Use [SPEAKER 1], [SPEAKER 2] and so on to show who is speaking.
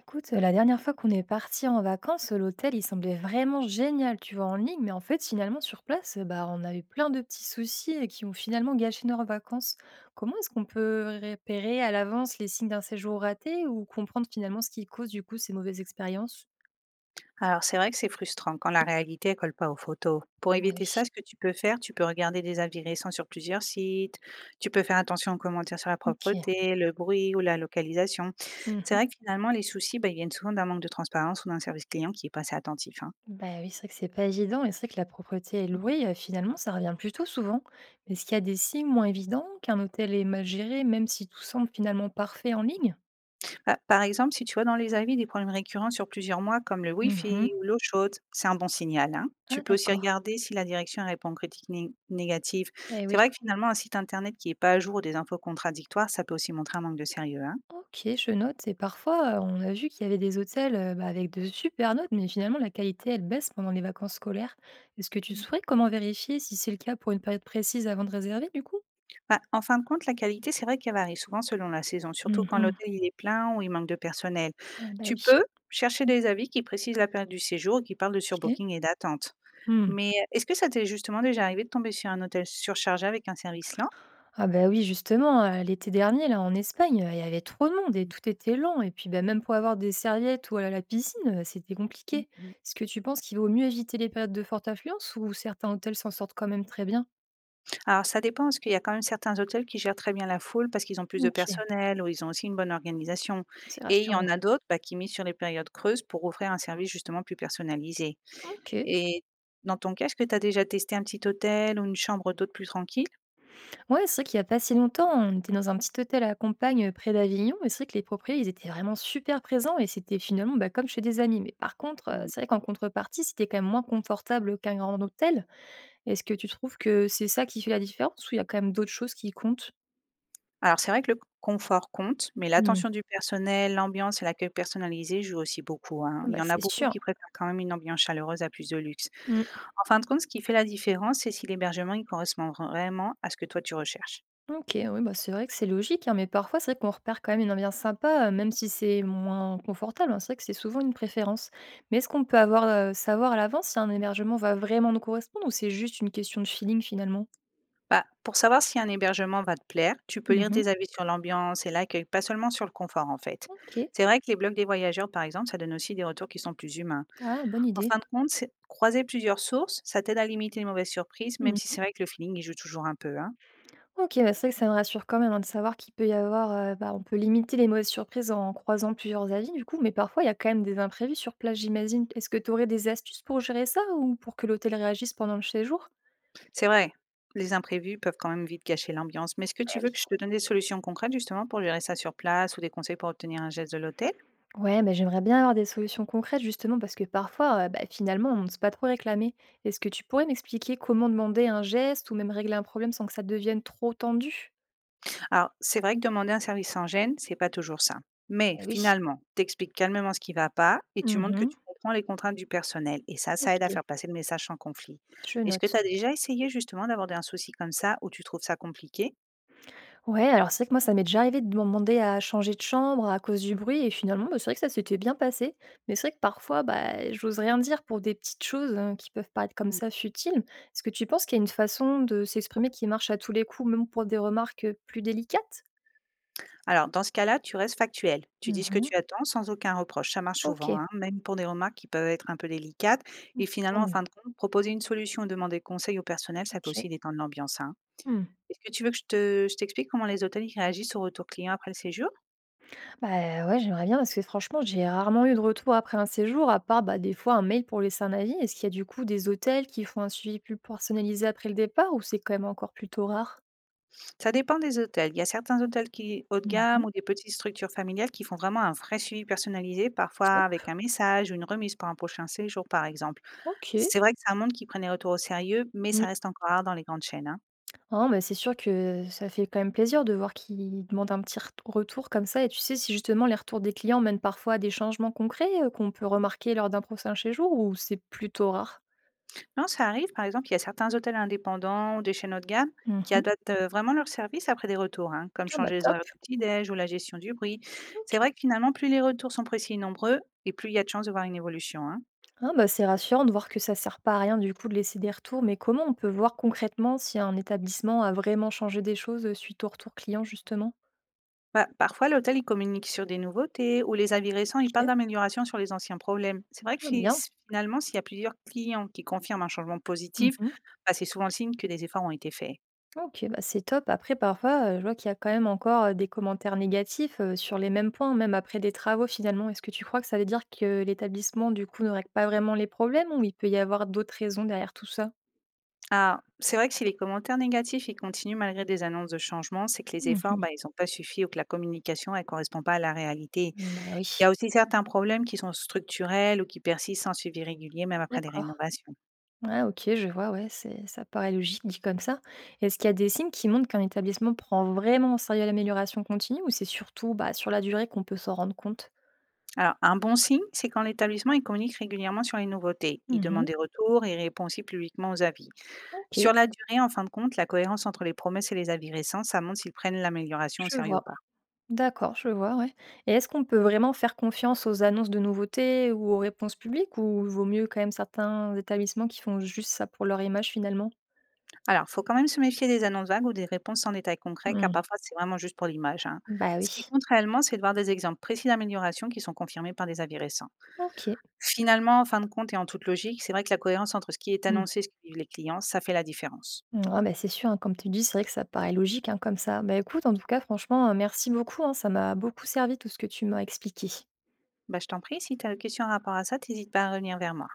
[SPEAKER 1] Écoute, la dernière fois qu'on est parti en vacances, l'hôtel, il semblait vraiment génial, tu vois, en ligne, mais en fait, finalement, sur place, bah, on a eu plein de petits soucis et qui ont finalement gâché nos vacances. Comment est-ce qu'on peut repérer à l'avance les signes d'un séjour raté ou comprendre finalement ce qui cause du coup ces mauvaises expériences?
[SPEAKER 2] Alors c'est vrai que c'est frustrant quand la réalité ne colle pas aux photos. Pour
[SPEAKER 1] Bah oui.
[SPEAKER 2] éviter ça, ce que tu peux faire, tu peux regarder des avis récents sur plusieurs sites, tu peux faire attention aux commentaires sur la
[SPEAKER 1] Ok.
[SPEAKER 2] propreté, le bruit ou la localisation. C'est
[SPEAKER 1] Mhm.
[SPEAKER 2] vrai que finalement, les soucis, bah, ils viennent souvent d'un manque de transparence ou d'un service client qui est pas assez attentif, hein.
[SPEAKER 1] Bah oui, c'est vrai que c'est pas évident et c'est vrai que la propreté et le louer, finalement, ça revient plutôt souvent. Mais est-ce qu'il y a des signes moins évidents qu'un hôtel est mal géré, même si tout semble finalement parfait en ligne?
[SPEAKER 2] Bah, par exemple, si tu vois dans les avis des problèmes récurrents sur plusieurs mois, comme le
[SPEAKER 1] Mhm.
[SPEAKER 2] Wi-Fi ou l'eau chaude, c'est un bon signal, hein.
[SPEAKER 1] Ah
[SPEAKER 2] Tu peux aussi
[SPEAKER 1] d'accord.
[SPEAKER 2] regarder si la direction répond aux critiques négatives.
[SPEAKER 1] Eh
[SPEAKER 2] C'est
[SPEAKER 1] oui.
[SPEAKER 2] vrai que finalement, un site internet qui n'est pas à jour ou des infos contradictoires, ça peut aussi montrer un manque de sérieux, hein.
[SPEAKER 1] OK, je note. Et parfois, on a vu qu'il y avait des hôtels, bah, avec de super notes, mais finalement la qualité, elle baisse pendant les vacances scolaires. Est-ce que tu
[SPEAKER 2] Mm.
[SPEAKER 1] saurais comment vérifier si c'est le cas pour une période précise avant de réserver du coup?
[SPEAKER 2] Bah, en fin de compte, la qualité, c'est vrai qu'elle varie souvent selon la saison, surtout quand
[SPEAKER 1] Mmh.
[SPEAKER 2] l'hôtel il est plein ou il manque de personnel.
[SPEAKER 1] Ah bah,
[SPEAKER 2] Tu
[SPEAKER 1] oui.
[SPEAKER 2] peux chercher des avis qui précisent la période du séjour et qui parlent de
[SPEAKER 1] OK.
[SPEAKER 2] surbooking et d'attente.
[SPEAKER 1] Mmh.
[SPEAKER 2] Mais est-ce que ça t'est justement déjà arrivé de tomber sur un hôtel surchargé avec un service
[SPEAKER 1] Ah bah, oui, justement, l'été dernier là en Espagne, il y avait trop de monde et
[SPEAKER 2] lent?
[SPEAKER 1] tout était lent et puis, bah, même pour avoir des serviettes ou aller à la piscine, c'était
[SPEAKER 2] Mmh
[SPEAKER 1] compliqué.
[SPEAKER 2] mh.
[SPEAKER 1] Est-ce que tu penses qu'il vaut mieux éviter les périodes de forte affluence ou certains hôtels s'en sortent quand même très bien?
[SPEAKER 2] Alors ça dépend, parce qu'il y a quand même certains hôtels qui gèrent très bien la foule parce qu'ils ont plus de
[SPEAKER 1] OK,
[SPEAKER 2] personnel ou ils ont aussi une bonne organisation
[SPEAKER 1] c'est
[SPEAKER 2] et il y
[SPEAKER 1] rassurant.
[SPEAKER 2] en a d'autres, bah, qui misent sur les périodes creuses pour offrir un service justement plus personnalisé
[SPEAKER 1] OK.
[SPEAKER 2] et dans ton cas, est-ce que tu as déjà testé un petit hôtel ou une chambre d'hôte plus tranquille?
[SPEAKER 1] Ouais, c'est vrai qu'il y a pas si longtemps, on était dans un petit hôtel à la campagne, près d'Avignon et c'est vrai que les propriétaires, ils étaient vraiment super présents et c'était finalement, bah, comme chez des amis. Mais par contre,
[SPEAKER 2] Mmh.
[SPEAKER 1] c'est vrai qu'en contrepartie, c'était quand même moins confortable qu'un grand hôtel. Est-ce que tu trouves que c'est ça qui fait la différence ou il y a quand même d'autres choses qui comptent?
[SPEAKER 2] Alors c'est vrai que le confort compte, mais
[SPEAKER 1] Mmh.
[SPEAKER 2] l'attention du personnel, l'ambiance et l'accueil personnalisé jouent aussi beaucoup, hein.
[SPEAKER 1] Ah
[SPEAKER 2] Il
[SPEAKER 1] bah,
[SPEAKER 2] y en a
[SPEAKER 1] c'est
[SPEAKER 2] beaucoup
[SPEAKER 1] sûr.
[SPEAKER 2] qui préfèrent quand même une ambiance chaleureuse à plus de luxe.
[SPEAKER 1] Mmh.
[SPEAKER 2] En fin de compte, ce qui fait la différence, c'est si l'hébergement, il correspond vraiment à ce que toi tu recherches.
[SPEAKER 1] OK, oui, bah, c'est vrai que c'est logique, hein, mais parfois, c'est vrai qu'on repère quand même une ambiance sympa, même si c'est moins confortable, hein. C'est vrai que c'est souvent une préférence. Mais est-ce qu'on peut avoir, savoir à l'avance si un hébergement va vraiment nous correspondre ou c'est juste une question de feeling finalement?
[SPEAKER 2] Bah, pour savoir si un hébergement va te plaire, tu peux lire
[SPEAKER 1] Mmh.
[SPEAKER 2] des avis sur l'ambiance et l'accueil, pas seulement sur le confort en fait.
[SPEAKER 1] OK.
[SPEAKER 2] C'est vrai que les blogs des voyageurs, par exemple, ça donne aussi des retours qui sont plus humains.
[SPEAKER 1] Ah, bonne
[SPEAKER 2] En
[SPEAKER 1] idée.
[SPEAKER 2] fin de compte, croiser plusieurs sources, ça t'aide à limiter les mauvaises surprises, même si
[SPEAKER 1] Mmh.
[SPEAKER 2] c'est vrai que le feeling, il joue toujours un peu, hein.
[SPEAKER 1] OK, bah, c'est vrai que ça me rassure quand même, hein, de savoir qu'il peut y avoir, bah, on peut limiter les mauvaises surprises en croisant plusieurs avis du coup, mais parfois il y a quand même des imprévus sur place, j'imagine. Est-ce que tu aurais des astuces pour gérer ça ou pour que l'hôtel réagisse pendant le séjour?
[SPEAKER 2] C'est vrai, les imprévus peuvent quand même vite gâcher l'ambiance, mais est-ce que
[SPEAKER 1] Bah,
[SPEAKER 2] tu
[SPEAKER 1] oui.
[SPEAKER 2] veux que je te donne des solutions concrètes justement pour gérer ça sur place ou des conseils pour obtenir un geste de l'hôtel?
[SPEAKER 1] Ouais, bah, j'aimerais bien avoir des solutions concrètes justement parce que parfois, bah, finalement, on n'ose pas trop réclamer. Est-ce que tu pourrais m'expliquer comment demander un geste ou même régler un problème sans que ça devienne trop tendu?
[SPEAKER 2] Alors, c'est vrai que demander un service sans gêne, c'est pas toujours simple. Mais
[SPEAKER 1] Eh oui.
[SPEAKER 2] finalement, t'expliques calmement ce qui va pas et tu montres que
[SPEAKER 1] Mhm.
[SPEAKER 2] tu comprends les contraintes du personnel. Et ça
[SPEAKER 1] Ok,
[SPEAKER 2] aide à faire passer le message sans conflit.
[SPEAKER 1] je
[SPEAKER 2] Est-ce que
[SPEAKER 1] note.
[SPEAKER 2] tu as déjà essayé justement d'aborder un souci comme ça où tu trouves ça compliqué?
[SPEAKER 1] Ouais, alors c'est vrai que moi, ça m'est déjà arrivé de demander à changer de chambre à cause du bruit et finalement, bah, c'est vrai que ça s'était bien passé. Mais c'est vrai que parfois, bah, j'ose rien dire pour des petites choses hein, qui peuvent paraître comme
[SPEAKER 2] Hmm.
[SPEAKER 1] ça futiles. Est-ce que tu penses qu'il y a une façon de s'exprimer qui marche à tous les coups, même pour des remarques plus délicates?
[SPEAKER 2] Alors, dans ce cas-là, tu restes factuel. Tu dis ce que
[SPEAKER 1] Mhm.
[SPEAKER 2] tu attends sans aucun reproche. Ça marche
[SPEAKER 1] Ok.
[SPEAKER 2] souvent, hein, même pour des remarques qui peuvent être un peu délicates.
[SPEAKER 1] Mmh,
[SPEAKER 2] Et
[SPEAKER 1] tant
[SPEAKER 2] finalement, en
[SPEAKER 1] mieux.
[SPEAKER 2] fin de compte, proposer une solution ou demander conseil au personnel, ça peut
[SPEAKER 1] OK.
[SPEAKER 2] aussi détendre l'ambiance, hein.
[SPEAKER 1] Mmh.
[SPEAKER 2] Est-ce que tu veux que je t'explique comment les hôtels, ils réagissent au retour client après le séjour?
[SPEAKER 1] Bah, ouais, j'aimerais bien parce que franchement, j'ai rarement eu de retour après un séjour à part, bah, des fois un mail pour laisser un avis. Est-ce qu'il y a du coup des hôtels qui font un suivi plus personnalisé après le départ ou c'est quand même encore plutôt rare?
[SPEAKER 2] Ça dépend des hôtels. Il y a certains hôtels qui haut de gamme
[SPEAKER 1] Mmh.
[SPEAKER 2] ou des petites structures familiales qui font vraiment un vrai suivi personnalisé, parfois
[SPEAKER 1] Top.
[SPEAKER 2] avec un message ou une remise pour un prochain séjour, par exemple.
[SPEAKER 1] OK.
[SPEAKER 2] C'est vrai que ça montre qu'ils prennent les retours au sérieux, mais
[SPEAKER 1] Mmh.
[SPEAKER 2] ça reste encore rare dans les grandes chaînes, hein.
[SPEAKER 1] Ah, bah, c'est sûr que ça fait quand même plaisir de voir qu'ils demandent un petit retour comme ça. Et tu sais si justement les retours des clients mènent parfois à des changements concrets, qu'on peut remarquer lors d'un prochain séjour ou c'est plutôt rare?
[SPEAKER 2] Non, ça arrive. Par exemple, il y a certains hôtels indépendants ou des chaînes haut de gamme qui
[SPEAKER 1] Mmh.
[SPEAKER 2] adaptent, vraiment leur service après des retours, hein, comme
[SPEAKER 1] Ah, bah,
[SPEAKER 2] changer les
[SPEAKER 1] top.
[SPEAKER 2] horaires du petit-déj ou la gestion du bruit. C'est
[SPEAKER 1] OK.
[SPEAKER 2] vrai que finalement, plus les retours sont précis et nombreux et plus il y a de chances de voir une évolution, hein.
[SPEAKER 1] Ah bah, c'est rassurant de voir que ça sert pas à rien du coup de laisser des retours, mais comment on peut voir concrètement si un établissement a vraiment changé des choses suite au retour client justement?
[SPEAKER 2] Pa parfois, l'hôtel, il communique sur des nouveautés ou les avis récents, ils parlent
[SPEAKER 1] Ok,
[SPEAKER 2] d'amélioration sur les anciens problèmes. C'est vrai que
[SPEAKER 1] ah,
[SPEAKER 2] fi
[SPEAKER 1] bien.
[SPEAKER 2] finalement, s'il y a plusieurs clients qui confirment un changement positif,
[SPEAKER 1] Mhm.
[SPEAKER 2] bah, c'est souvent le signe que des efforts ont été faits.
[SPEAKER 1] Ok, bah c'est top. Après, parfois, je vois qu'il y a quand même encore des commentaires négatifs sur les mêmes points, même après des travaux finalement. Est-ce que tu crois que ça veut dire que l'établissement du coup ne règle pas vraiment les problèmes ou il peut y avoir d'autres raisons derrière tout ça?
[SPEAKER 2] Ah, c'est vrai que si les commentaires négatifs, ils continuent malgré des annonces de changement, c'est que les efforts,
[SPEAKER 1] Mhm.
[SPEAKER 2] bah, ils n'ont pas suffi ou que la communication, elle correspond pas à la réalité.
[SPEAKER 1] Bah
[SPEAKER 2] Il y
[SPEAKER 1] oui,
[SPEAKER 2] a aussi certains problèmes qui sont structurels ou qui persistent sans suivi régulier, même après des
[SPEAKER 1] d'accord.
[SPEAKER 2] rénovations.
[SPEAKER 1] Ah OK, je vois, ouais, c'est ça paraît logique dit comme ça. Est-ce qu'il y a des signes qui montrent qu'un établissement prend vraiment au sérieux l'amélioration continue ou c'est surtout, bah, sur la durée qu'on peut s'en rendre compte?
[SPEAKER 2] Alors, un bon signe, c'est quand l'établissement, il communique régulièrement sur les nouveautés. Il demande
[SPEAKER 1] Mmh.
[SPEAKER 2] des retours et il répond aussi publiquement aux avis.
[SPEAKER 1] OK,
[SPEAKER 2] Sur la durée, en fin de compte, la cohérence entre les promesses et les avis récents, ça montre s'ils prennent l'amélioration au
[SPEAKER 1] je
[SPEAKER 2] sérieux ou
[SPEAKER 1] vois.
[SPEAKER 2] pas.
[SPEAKER 1] D'accord, je vois, ouais. Et est-ce qu'on peut vraiment faire confiance aux annonces de nouveautés ou aux réponses publiques ou vaut mieux quand même certains établissements qui font juste ça pour leur image finalement?
[SPEAKER 2] Alors, faut quand même se méfier des annonces vagues ou des réponses sans détails concrets, car
[SPEAKER 1] Mmh.
[SPEAKER 2] parfois c'est vraiment juste pour l'image, hein.
[SPEAKER 1] Bah
[SPEAKER 2] Ce qui
[SPEAKER 1] oui.
[SPEAKER 2] compte réellement, c'est de voir des exemples précis d'amélioration qui sont confirmés par des avis récents.
[SPEAKER 1] OK.
[SPEAKER 2] Finalement, en fin de compte et en toute logique, c'est vrai que la cohérence entre ce qui est annoncé et ce que vivent les clients, ça fait la différence.
[SPEAKER 1] Mmh, ah bah, c'est sûr, hein, comme tu dis, c'est vrai que ça paraît logique, hein, comme ça. Bah, écoute, en tout cas, franchement, merci beaucoup, hein, ça m'a beaucoup servi tout ce que tu m'as expliqué.
[SPEAKER 2] Bah, je t'en prie, si tu as des questions en rapport à ça, n'hésite pas à revenir vers moi.